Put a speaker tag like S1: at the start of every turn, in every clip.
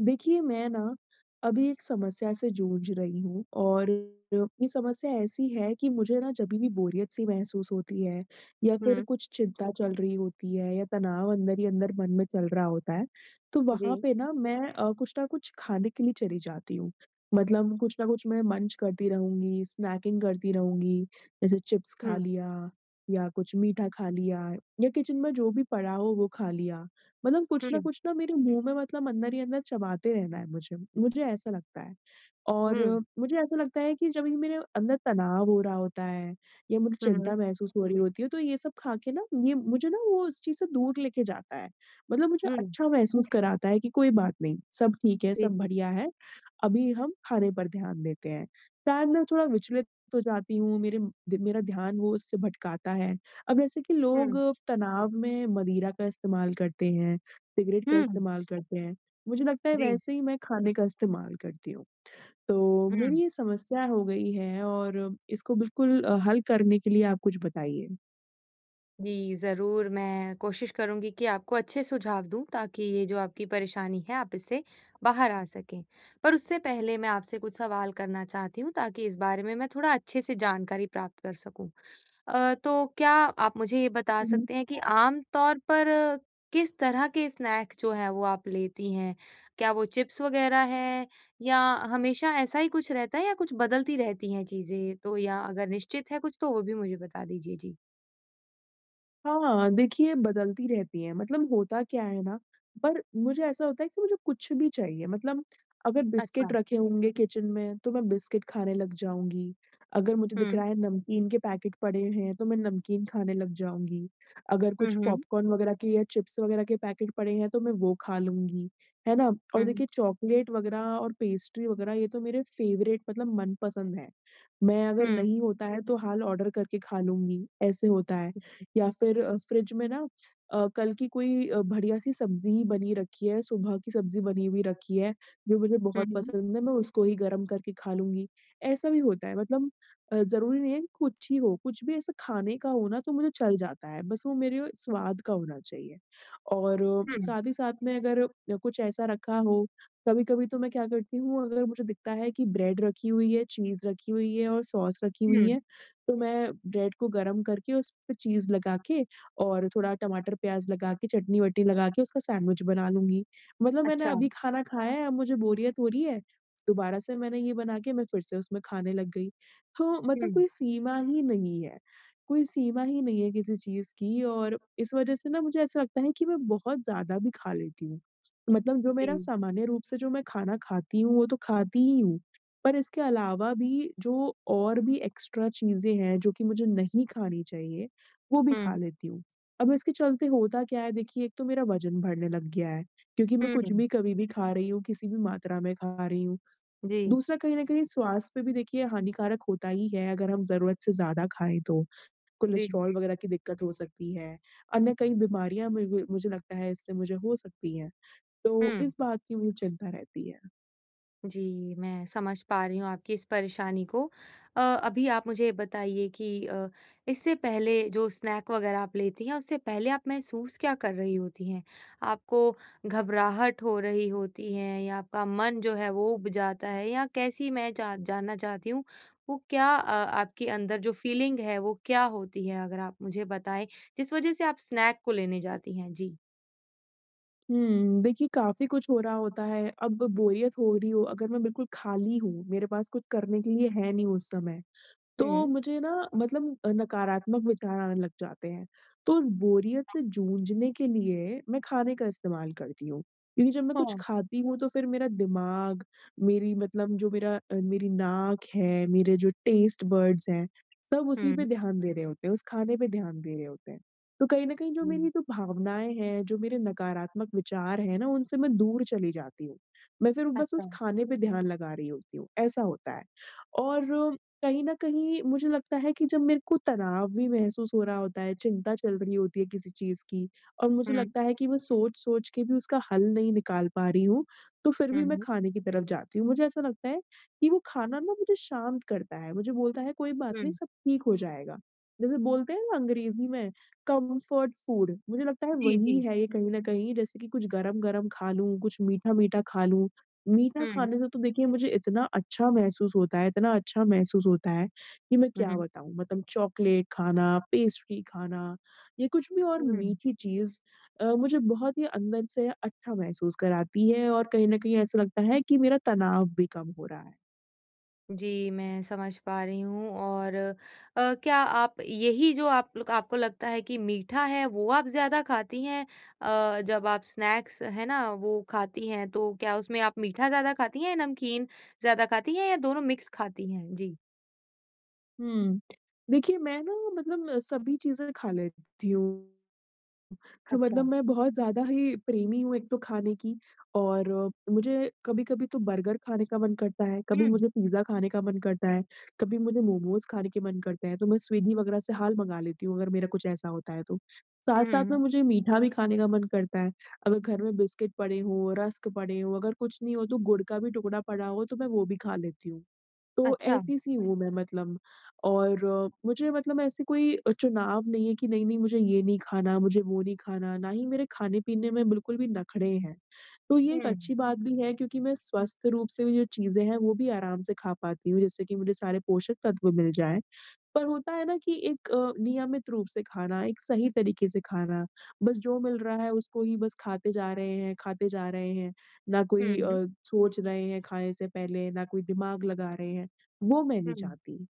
S1: देखिए, मैं ना अभी एक समस्या से जूझ रही हूँ और ये समस्या ऐसी है कि मुझे ना जभी भी बोरियत-सी महसूस होती है या फिर
S2: हुँ।
S1: कुछ चिंता चल रही होती है या तनाव अंदर ही अंदर मन में चल रहा होता है, तो
S2: जी।
S1: वहाँ पे ना मैं कुछ ना कुछ खाने के लिए चली जाती हूँ। मतलब कुछ ना कुछ मैं मंच करती रहूँगी, स्नैकिंग करती रहूँगी, जैसे चिप्स खा
S2: हुँ,
S1: लिया या कुछ मीठा खा लिया या किचन में जो भी पड़ा हो वो खा लिया। मतलब
S2: हुँ,
S1: कुछ ना मेरे मुँह में मतलब अंदर ही अंदर चबाते रहना है मुझे, मुझे ऐसा लगता है। और
S2: हुँ,
S1: मुझे ऐसा लगता है कि जब ये मेरे अंदर तनाव हो रहा होता है या मुझे
S2: हुँ, हुँ,
S1: चिंता महसूस हो रही होती है तो ये सब खा के ना ये मुझे ना वो उस चीज़ से दूर लेके जाता है। मतलब मुझे
S2: हुँ,
S1: अच्छा महसूस कराता है कि कोई बात नहीं, सब ठीक है,
S2: जी,
S1: सब
S2: जी।
S1: बढ़िया है, अभी हम खाने पर ध्यान देते हैं। शायद मैं थोड़ा विचलित हो जाती हूँ, मेरे दि मेरा ध्यान वो उससे भटकाता है। अब जैसे कि लोग
S2: हुँ,
S1: तनाव में मदिरा का इस्तेमाल करते हैं, सिगरेट का
S2: हुँ।
S1: इस्तेमाल करते हैं, मुझे लगता है
S2: जी।
S1: वैसे ही मैं खाने का इस्तेमाल करती हूँ। तो
S2: हुँ।
S1: मेरी ये समस्या हो गई है और इसको बिल्कुल हल करने के लिए आप कुछ बताइए।
S2: जी, ज़रूर मैं कोशिश करूँगी कि आपको अच्छे सुझाव दूँ ताकि ये जो आपकी परेशानी है आप इससे बाहर आ सकें। पर उससे पहले मैं आपसे कुछ सवाल करना चाहती हूँ ताकि इस बारे में मैं थोड़ा अच्छे से जानकारी प्राप्त कर सकूँ। तो क्या आप मुझे ये बता सकते हैं कि आम तौर पर किस तरह के स्नैक जो है वो आप लेती हैं? क्या वो चिप्स वगैरह है या हमेशा ऐसा ही कुछ रहता है या कुछ बदलती रहती हैं चीज़ें? तो या अगर निश्चित है कुछ तो वो भी मुझे बता दीजिए? जी।
S1: हाँ, देखिए बदलती रहती हैं, मतलब होता क्या है ना, पर मुझे ऐसा होता है कि मुझे कुछ भी चाहिए मतलब अगर
S2: अच्छा।
S1: बिस्किट रखे होंगे किचन में, तो मैं बिस्किट खाने लग जाऊँगी। अगर मुझे दिख
S2: हुँ।
S1: रहा है नमकीन के पैकेट पड़े हैं, तो मैं नमकीन खाने लग जाऊँगी। अगर
S2: हुँ,
S1: कुछ
S2: हुँ।
S1: पॉपकॉर्न वगैरह के या चिप्स वगैरह के पैकेट पड़े हैं, तो मैं वो खा लूँगी, है ना? और
S2: हुँ, हुँ।
S1: देखिए चॉकलेट वगैरह और पेस्ट्री वगैरह ये तो मेरे फ़ेवरेट मतलब मनपसंद हैं। मैं अगर
S2: हुँ,
S1: नहीं होता है, तो हाल ऑर्डर करके खा लूँगी, ऐसे होता है। या फिर फ्रिज में ना कल की कोई बढ़िया-सी सब्ज़ी बनी रखी है, सुबह की सब्ज़ी बनी हुई रखी है, जो मुझे
S2: हुँ,
S1: बहुत
S2: हुँ।
S1: पसंद है, मैं उसको ही गरम करके खा लूँगी। ऐसा भी होता है मतलब ज़रूरी नहीं है कि कुछ ही हो, कुछ भी ऐसा खाने का हो ना तो मुझे चल जाता है, बस वो मेरे स्वाद का होना चाहिए। और
S2: हुँ,
S1: साथ ही साथ में अगर कुछ ऐसा रखा हो कभी-कभी तो मैं क्या करती हूँ अगर मुझे दिखता है कि ब्रेड रखी हुई है, चीज़ रखी हुई है और सॉस रखी हुई
S2: हुँ।
S1: है, तो मैं ब्रेड को गरम करके उस पे चीज़ लगा के और थोड़ा टमाटर प्याज़ लगा के, चटनी-वटनी लगा के उसका सैंडविच बना लूँगी। मतलब मैंने
S2: अच्छा।
S1: अभी खाना खाया है, अब मुझे बोरियत हो रही है, दोबारा से मैंने ये बना के मैं फिर से उसमें खाने लग गई। तो
S2: हुँ,
S1: मतलब कोई सीमा ही नहीं है, कोई सीमा ही नहीं है किसी चीज़ की और इस वज़ह से ना मुझे ऐसा लगता है कि मैं बहुत ज़्यादा भी खा लेती हूँ। मतलब जो
S2: जी।
S1: मेरा सामान्य रूप से जो मैं खाना खाती हूँ, वो तो खाती ही हूँ। पर इसके अलावा भी जो और भी एक्स्ट्रा चीज़ें हैं, जो कि मुझे नहीं खानी चाहिए, वो भी खा
S2: हुँ।
S1: लेती हूँ। अब इसके चलते होता क्या है देखिए, एक तो मेरा वज़न बढ़ने लग गया है, क्योंकि मैं कुछ
S2: हुँ,
S1: भी कभी भी खा रही हूँ, किसी भी मात्रा में खा रही हूँ।
S2: जी,
S1: दूसरा कहीं न कहीं स्वास्थ्य पे भी देखिए हानिकारक होता ही है, अगर हम ज़रूरत से ज़्यादा खाएँ तो। कोलेस्ट्रॉल
S2: जी।
S1: वगैरह की दिक्कत हो सकती है, अन्य कई बीमारियाँ मुझे मुझे लगता है इससे मुझे हो सकती हैं। तो
S2: हुँ।
S1: इस बात की मुझे चिंता रहती है।
S2: जी, मैं समझ पा रही हूँ आपकी इस परेशानी को। अभी आप मुझे बताइए कि इससे पहले जो स्नैक वग़ैरह आप लेती हैं, उससे पहले आप महसूस क्या कर रही होती हैं? आपको घबराहट हो रही होती है या आपका मन जो है वो ऊब जाता है या कैसी मैं जा जानना चाहती हूँ, वो क्या आपके अंदर जो फ़ीलिंग है, वो क्या होती है? अगर आप मुझे बताएँ, जिस वज़ह से आप स्नैक को लेने जाती हैं? जी।
S1: हुँ, देखिए काफ़ी कुछ हो रहा होता है, अब बोरियत हो रही हो, अगर मैं बिल्कुल खाली हूँ, मेरे पास कुछ करने के लिए है नहीं उस समय, तो
S2: हुँ।
S1: मुझे ना मतलब नकारात्मक विचार आने लग जाते हैं। तो उस बोरियत से जूझने के लिए मैं खाने का इस्तेमाल करती हूँ। क्योंकि जब मैं कुछ
S2: हाँ।
S1: खाती हूँ तो फिर मेरा दिमाग, मेरी मतलब जो मेरा मेरी नाक है, मेरे जो टेस्ट बड्स हैं, सब उसी पे
S2: हुँ।
S1: ध्यान दे रहे होते हैं, उस खाने पे ध्यान दे रहे होते हैं। तो कहीं न कहीं जो मेरी
S2: हुँ।
S1: जो भावनाएँ हैं, जो मेरे नकारात्मक विचार हैं ना, उनसे मैं दूर चली जाती हूँ। मैं फिर बस उस
S2: अच्छा।
S1: खाने पे ध्यान लगा रही होती हूँ, ऐसा होता है। और कहीं न कहीं मुझे लगता है कि जब मेरे को तनाव भी महसूस हो रहा होता है, चिंता चल रही होती है किसी चीज़ की और मुझे
S2: हुँ।
S1: लगता है कि मैं सोच-सोच के भी उसका हल नहीं निकाल पा रही हूँ, तो फिर
S2: हुँ,
S1: भी मैं
S2: हुँ।
S1: खाने की तरफ जाती हूँ। मुझे ऐसा लगता है कि वो खाना ना मुझे शांत करता है, मुझे बोलता है कोई बात
S2: हुँ।
S1: नहीं सब ठीक हो जाएगा। जैसे बोलते हैं ना अंग्रेज़ी में कम्फर्ट फूड मुझे लगता है
S2: जी,
S1: वही
S2: जी।
S1: है ये कहीं न कहीं जैसे कि कुछ गरम-गरम खा लूँ, कुछ मीठा-मीठा खा लूँ। मीठा
S2: हुँ,
S1: खाने से तो देखिए मुझे इतना अच्छा महसूस होता है, इतना अच्छा महसूस होता है कि मैं
S2: हुँ,
S1: क्या
S2: हुँ।
S1: बताऊँ। मतलब चॉकलेट खाना, पेस्ट्री खाना या कुछ भी और
S2: हुँ।
S1: मीठी चीज़ मुझे बहुत ही अंदर से अच्छा महसूस कराती है और कहीं न कहीं ऐसा लगता है कि मेरा तनाव भी कम हो रहा है।
S2: जी, मैं समझ पा रही हूँ। और क्या आप यही जो आप लोग आपको लगता है कि मीठा है, वो आप ज़्यादा खाती हैं? जब आप स्नैक्स है ना, वो खाती हैं, तो क्या उसमें आप मीठा ज़्यादा खाती हैं, नमकीन ज़्यादा खाती हैं या दोनों मिक्स खाती हैं? जी।
S1: हुँ। देखिए मैं ना मतलब सभी चीज़ें खा लेती हूँ। मतलब
S2: अच्छा।
S1: मैं बहुत ज़्यादा ही प्रेमी हूँ एक तो खाने की और मुझे कभी-कभी तो बर्गर खाने का मन करता है, कभी
S2: हुँ।
S1: मुझे पिज़्ज़ा खाने का मन करता है, कभी मुझे मोमोज़ खाने के मन करते हैं, तो मैं स्विगी वगैरह से हाल मँगा लेती हूँ अगर मेरा कुछ ऐसा होता है तो।
S2: हुँ, हुँ,
S1: साथ-साथ में
S2: हुँ।
S1: मुझे मीठा भी खाने का मन करता है, अगर घर में बिस्किट पड़े हों, रस्क पड़े हों, अगर कुछ नहीं हो तो गुड़ का भी टुकड़ा पड़ा हो तो मैं वो भी खा लेती हूँ। तो
S2: अच्छा।
S1: ऐसी सी हुँ। हूँ मैं मतलब और मुझे मतलब ऐसे कोई चुनाव नहीं है कि नहीं-नहीं मुझे ये नहीं खाना, मुझे वो नहीं खाना, ना ही मेरे खाने-पीने में बिल्कुल भी नखरे हैं। तो ये
S2: हुँ।
S1: एक अच्छी बात भी है क्योंकि मैं स्वस्थ रूप से भी जो चीज़ें हैं वो भी आराम से खा पाती हूँ जिससे कि मुझे सारे पोषक तत्व मिल जाएँ। पर होता है ना कि एक नियमित रूप से खाना, एक सही तरीके से खाना, बस जो मिल रहा है उसको ही बस खाते जा रहे हैं, खाते जा रहे हैं, ना कोई
S2: हुँ,
S1: सोच रहे हैं खाने से पहले, ना कोई दिमाग लगा रहे हैं, वो मैं नहीं
S2: हुँ।
S1: चाहती।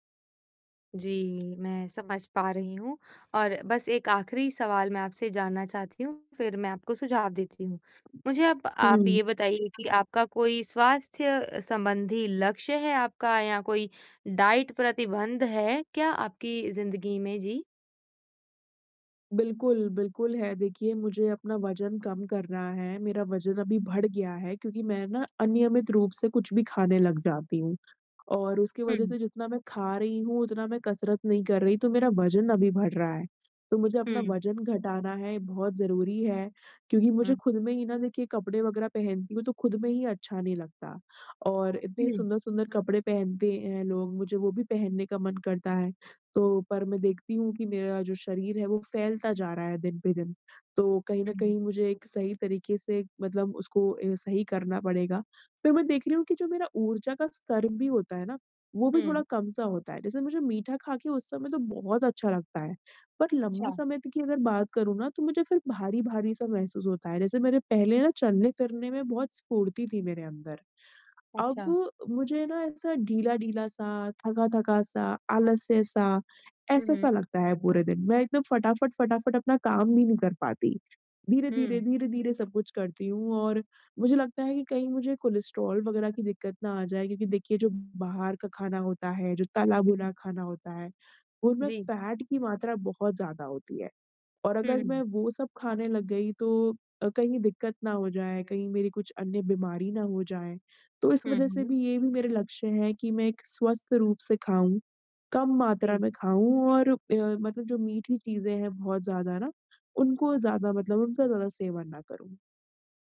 S2: जी, मैं समझ पा रही हूँ और बस एक आखिरी सवाल मैं आपसे जानना चाहती हूँ, फिर मैं आपको सुझाव देती हूँ। मुझे अब आप
S1: हुँ।
S2: ये बताइए कि आपका कोई स्वास्थ्य संबंधी लक्ष्य है आपका या कोई डाइट प्रतिबंध है क्या आपकी ज़िंदगी में? जी।
S1: बिल्कुल, बिल्कुल है। देखिए मुझे अपना वज़न कम करना है, मेरा वज़न अभी बढ़ गया है क्योंकि मैं ना अनियमित रूप से कुछ भी खाने लग जाती हूँ। और उसकी वजह
S2: हुँ,
S1: से जितना मैं खा रही हूँ, उतना मैं कसरत नहीं कर रही, तो मेरा वज़न अभी बढ़ रहा है। तो मुझे अपना
S2: हुँ,
S1: वज़न घटाना है, बहुत ज़रूरी है, क्योंकि
S2: हुँ,
S1: मुझे खुद में ही ना देखिए कपड़े वग़ैरह पहनती हूँ, तो खुद में ही अच्छा नहीं लगता और इतने
S2: हुँ,
S1: सुंदर-सुंदर कपड़े पहनते हैं लोग, मुझे वो भी पहनने का मन करता है। तो पर मैं देखती हूँ कि मेरा जो शरीर है, वो फैलता जा रहा है दिन पे दिन। तो कहीं न
S2: हुँ,
S1: कहीं मुझे एक सही तरीके से मतलब उसको सही करना पड़ेगा फिर मैं देख रही हूँ कि जो मेरा ऊर्जा का स्तर भी होता है ना, वो भी थोड़ा
S2: हुँ।
S1: कम-सा होता है। जैसे मुझे मीठा खा के उस समय तो बहुत अच्छा लगता है, पर लंबे
S2: अच्छा,
S1: समय तक की अगर बात करूँ ना, तो मुझे फिर भारी-भारी सा महसूस होता है। जैसे मेरे पहले ना चलने-फिरने में बहुत स्फूर्ति थी मेरे अंदर, अब
S2: अच्छा।
S1: मुझे ना ऐसा ढीला-ढीला सा, थका-थका सा, आलस्य सा,
S2: हुँ, हुँ,
S1: ऐसा-सा लगता है पूरे दिन। मैं एकदम फटाफट-फटाफट अपना काम भी नहीं कर पाती।
S2: हुँ,
S1: धीरे-धीरे, धीरे-धीरे सब कुछ करती हूँ और मुझे लगता है कि कहीं मुझे कोलेस्ट्रॉल वगैरह की दिक्कत ना आ जाए क्योंकि देखिए जो बाहर का खाना होता है, जो
S2: हुँ।
S1: तला-भुना खाना होता है, उनमें
S2: जी।
S1: फैट की मात्रा बहुत ज़्यादा होती है। और
S2: हुँ,
S1: अगर मैं
S2: हुँ,
S1: वो सब खाने लग गई तो कहीं दिक्कत ना हो जाए, कहीं मेरी कुछ अन्य बीमारी ना हो जाए। तो इस
S2: हुँ,
S1: वजह से
S2: हुँ।
S1: भी ये भी मेरे लक्ष्य हैं कि मैं एक स्वस्थ रूप से खाऊँ, कम
S2: जी।
S1: मात्रा में खाऊँ और मतलब जो मीठी चीज़ें हैं बहुत ज़्यादा ना, उनको ज़्यादा मतलब उनका ज़्यादा सेवन ना करूँ।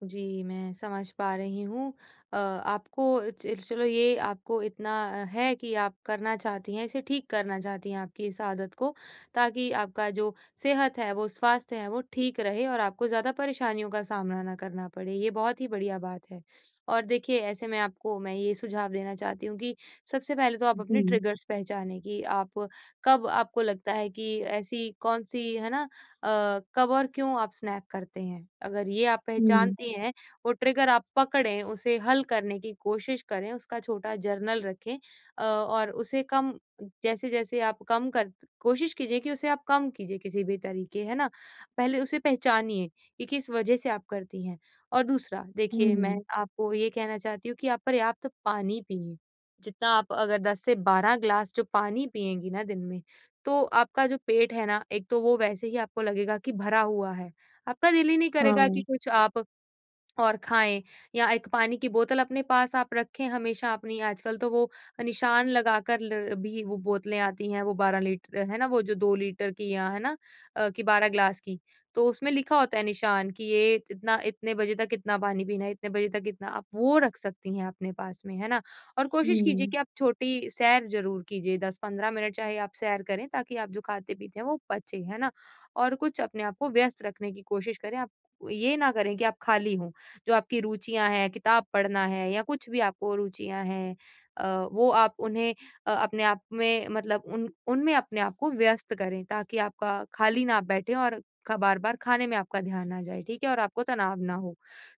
S2: जी, मैं समझ पा रही हूँ। आपको च चलो ये आपको इतना है कि आप करना चाहती हैं, इसे ठीक करना चाहती हैं आपकी इस आदत को, ताकि आपका जो सेहत है, वो स्वास्थ्य है, वो ठीक रहे और आपको ज़्यादा परेशानियों का सामना ना करना पड़े, ये बहुत ही बढ़िया बात है। और देखिए, ऐसे में आपको मैं ये सुझाव देना चाहती हूँ कि सबसे पहले तो आप अपने
S1: जी।
S2: ट्रिगर्स पहचानें कि आप कब आपको लगता है कि ऐसी कौन-सी है ना कब और क्यों आप स्नैक करते हैं? अगर ये आप
S1: हुँ,
S2: पहचानती हैं, वो ट्रिगर आप पकड़ें, उसे हल करने की कोशिश करें, उसका छोटा जर्नल रखें और उसे कम जैसे-जैसे आप कम कर कोशिश कीजिए कि उसे आप कम कीजिए किसी भी तरीके, है ना? पहले उसे पहचानिए कि किस वजह से आप करती हैं। और दूसरा देखिए, मैं
S1: हुँ,
S2: आपको ये कहना चाहती हूँ कि आप पर्याप्त पानी पिएँ। जितना आप अगर 10 से 12 ग्लास जो पानी पिएँगी ना दिन में, तो आपका जो पेट है ना, एक तो वो वैसे ही आपको लगेगा कि भरा हुआ है। आपका दिल ही नहीं करेगा कि
S1: हाँ,
S2: कुछ आप और खाएँ या एक पानी की बोतल अपने पास आप रखें हमेशा अपनी। आजकल तो वो निशान लगाकर ल भी वो बोतलें आती हैं, वो 12 लीटर है ना, वो जो 2 लीटर की या है ना कि 12 ग्लास की, तो उसमें लिखा होता है निशान कि ये इतना इतने बजे तक इतना पानी पीना है, इतने बजे तक इतना आप वो रख सकती हैं अपने पास में, है ना? और कोशिश कीजिए
S1: हुँ,
S2: कि आप छोटी सैर ज़रूर कीजिए, 10-15 मिनट चाहे आप सैर करें ताकि आप जो खाते-पीते हैं वो पचे, है ना? और कुछ अपने आप को व्यस्त रखने की कोशिश करें, आप ये ना करें कि आप खाली हों। जो आपकी रुचियाँ हैं, किताब पढ़ना है या कुछ भी आपको रुचियाँ हैं वो आप उन्हें अपने आप में मतलब उन उनमें अपने आप को व्यस्त करें ताकि आपका खाली ना बैठे और ख बार-बार खाने में आपका ध्यान ना जाए, ठीक है? और आपको तनाव ना हो।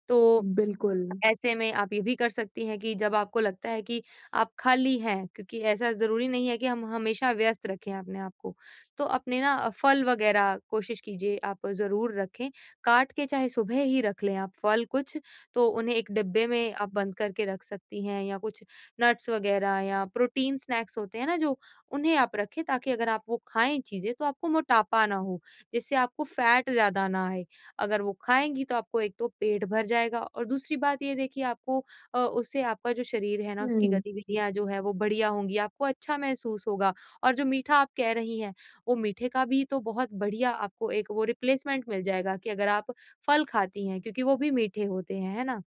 S2: तो
S1: बिल्कुल।
S2: ऐसे में आप ये भी कर सकती हैं कि जब आपको लगता है कि आप खाली हैं, क्योंकि ऐसा ज़रूरी नहीं है कि हम हमेशा व्यस्त रखें अपने आप को। तो अपने ना फल वग़ैरह कोशिश कीजिए आप ज़रूर रखें, काट के चाहे सुबह ही रख लें आप फल कुछ, तो उन्हें एक डिब्बे में आप बंद करके रख सकती हैं या कुछ नट्स वग़ैरह या प्रोटीन स्नैक्स होते हैं ना जो, उन्हें आप रखें ताकि अगर आप वो खाएँ चीज़ें तो आपको मोटापा ना हो, जिससे आपको फैट ज़्यादा ना आए। अगर वो खाएँगी तो आपको एक तो पेट भर जाएगा और दूसरी बात ये देखिए, आपको उससे आपका जो शरीर है ना उसकी
S1: हुँ,
S2: गतिविधियाँ जो है वो बढ़िया होंगी, आपको अच्छा महसूस होगा। और जो मीठा आप कह रही हैं, वो मीठे का भी तो बहुत बढ़िया आपको एक वो रिप्लेसमेंट मिल जाएगा कि अगर आप फल खाती हैं, क्योंकि वो भी मीठे होते हैं, है ना?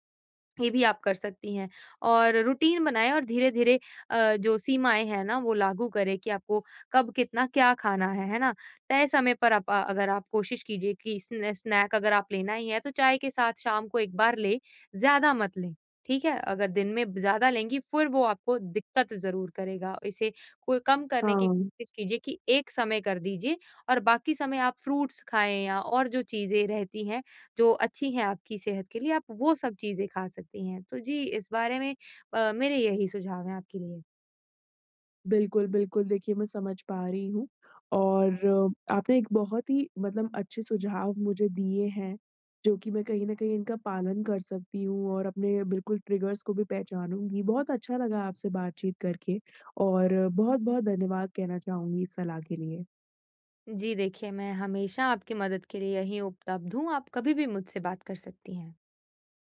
S2: ये भी आप कर सकती हैं और रूटीन बनाएँ और धीरे-धीरे जो सीमाएँ हैं ना वो लागू करें कि आपको कब कितना क्या खाना है ना? तय समय पर आप अगर आप कोशिश कीजिए कि स्नैक अगर आप लेना ही है तो चाय के साथ शाम को 1 बार लें, ज़्यादा मत लें, ठीक है? अगर दिन में ज़्यादा लेंगी फिर वो आपको दिक्कत ज़रूर करेगा। इसे को कम करने की
S1: हाँ।
S2: कोशिश कीजिए कि एक समय कर दीजिए और बाकी समय आप फ्रूट्स खाएँ या और जो चीज़ें रहती हैं जो अच्छी हैं आपकी सेहत के लिए, आप वो सब चीज़ें खा सकती हैं। तो जी, इस बारे में मेरे यही सुझाव हैं आपके लिए।
S1: बिल्कुल, बिल्कुल। देखिए, मैं समझ पा रही हूँ और आपने एक बहुत ही मतलब अच्छे सुझाव मुझे दिए हैं, जो कि मैं कहीं न कहीं इनका पालन कर सकती हूँ और अपने बिल्कुल ट्रिगर्स को भी पहचानूँगी। बहुत अच्छा लगा आपसे बातचीत करके और बहुत-बहुत धन्यवाद कहना चाहूँगी इस सलाह के लिए।
S2: जी देखिए, मैं हमेशा आपकी मदद के लिए यहीं उपलब्ध हूँ, आप कभी भी मुझसे बात कर सकती हैं।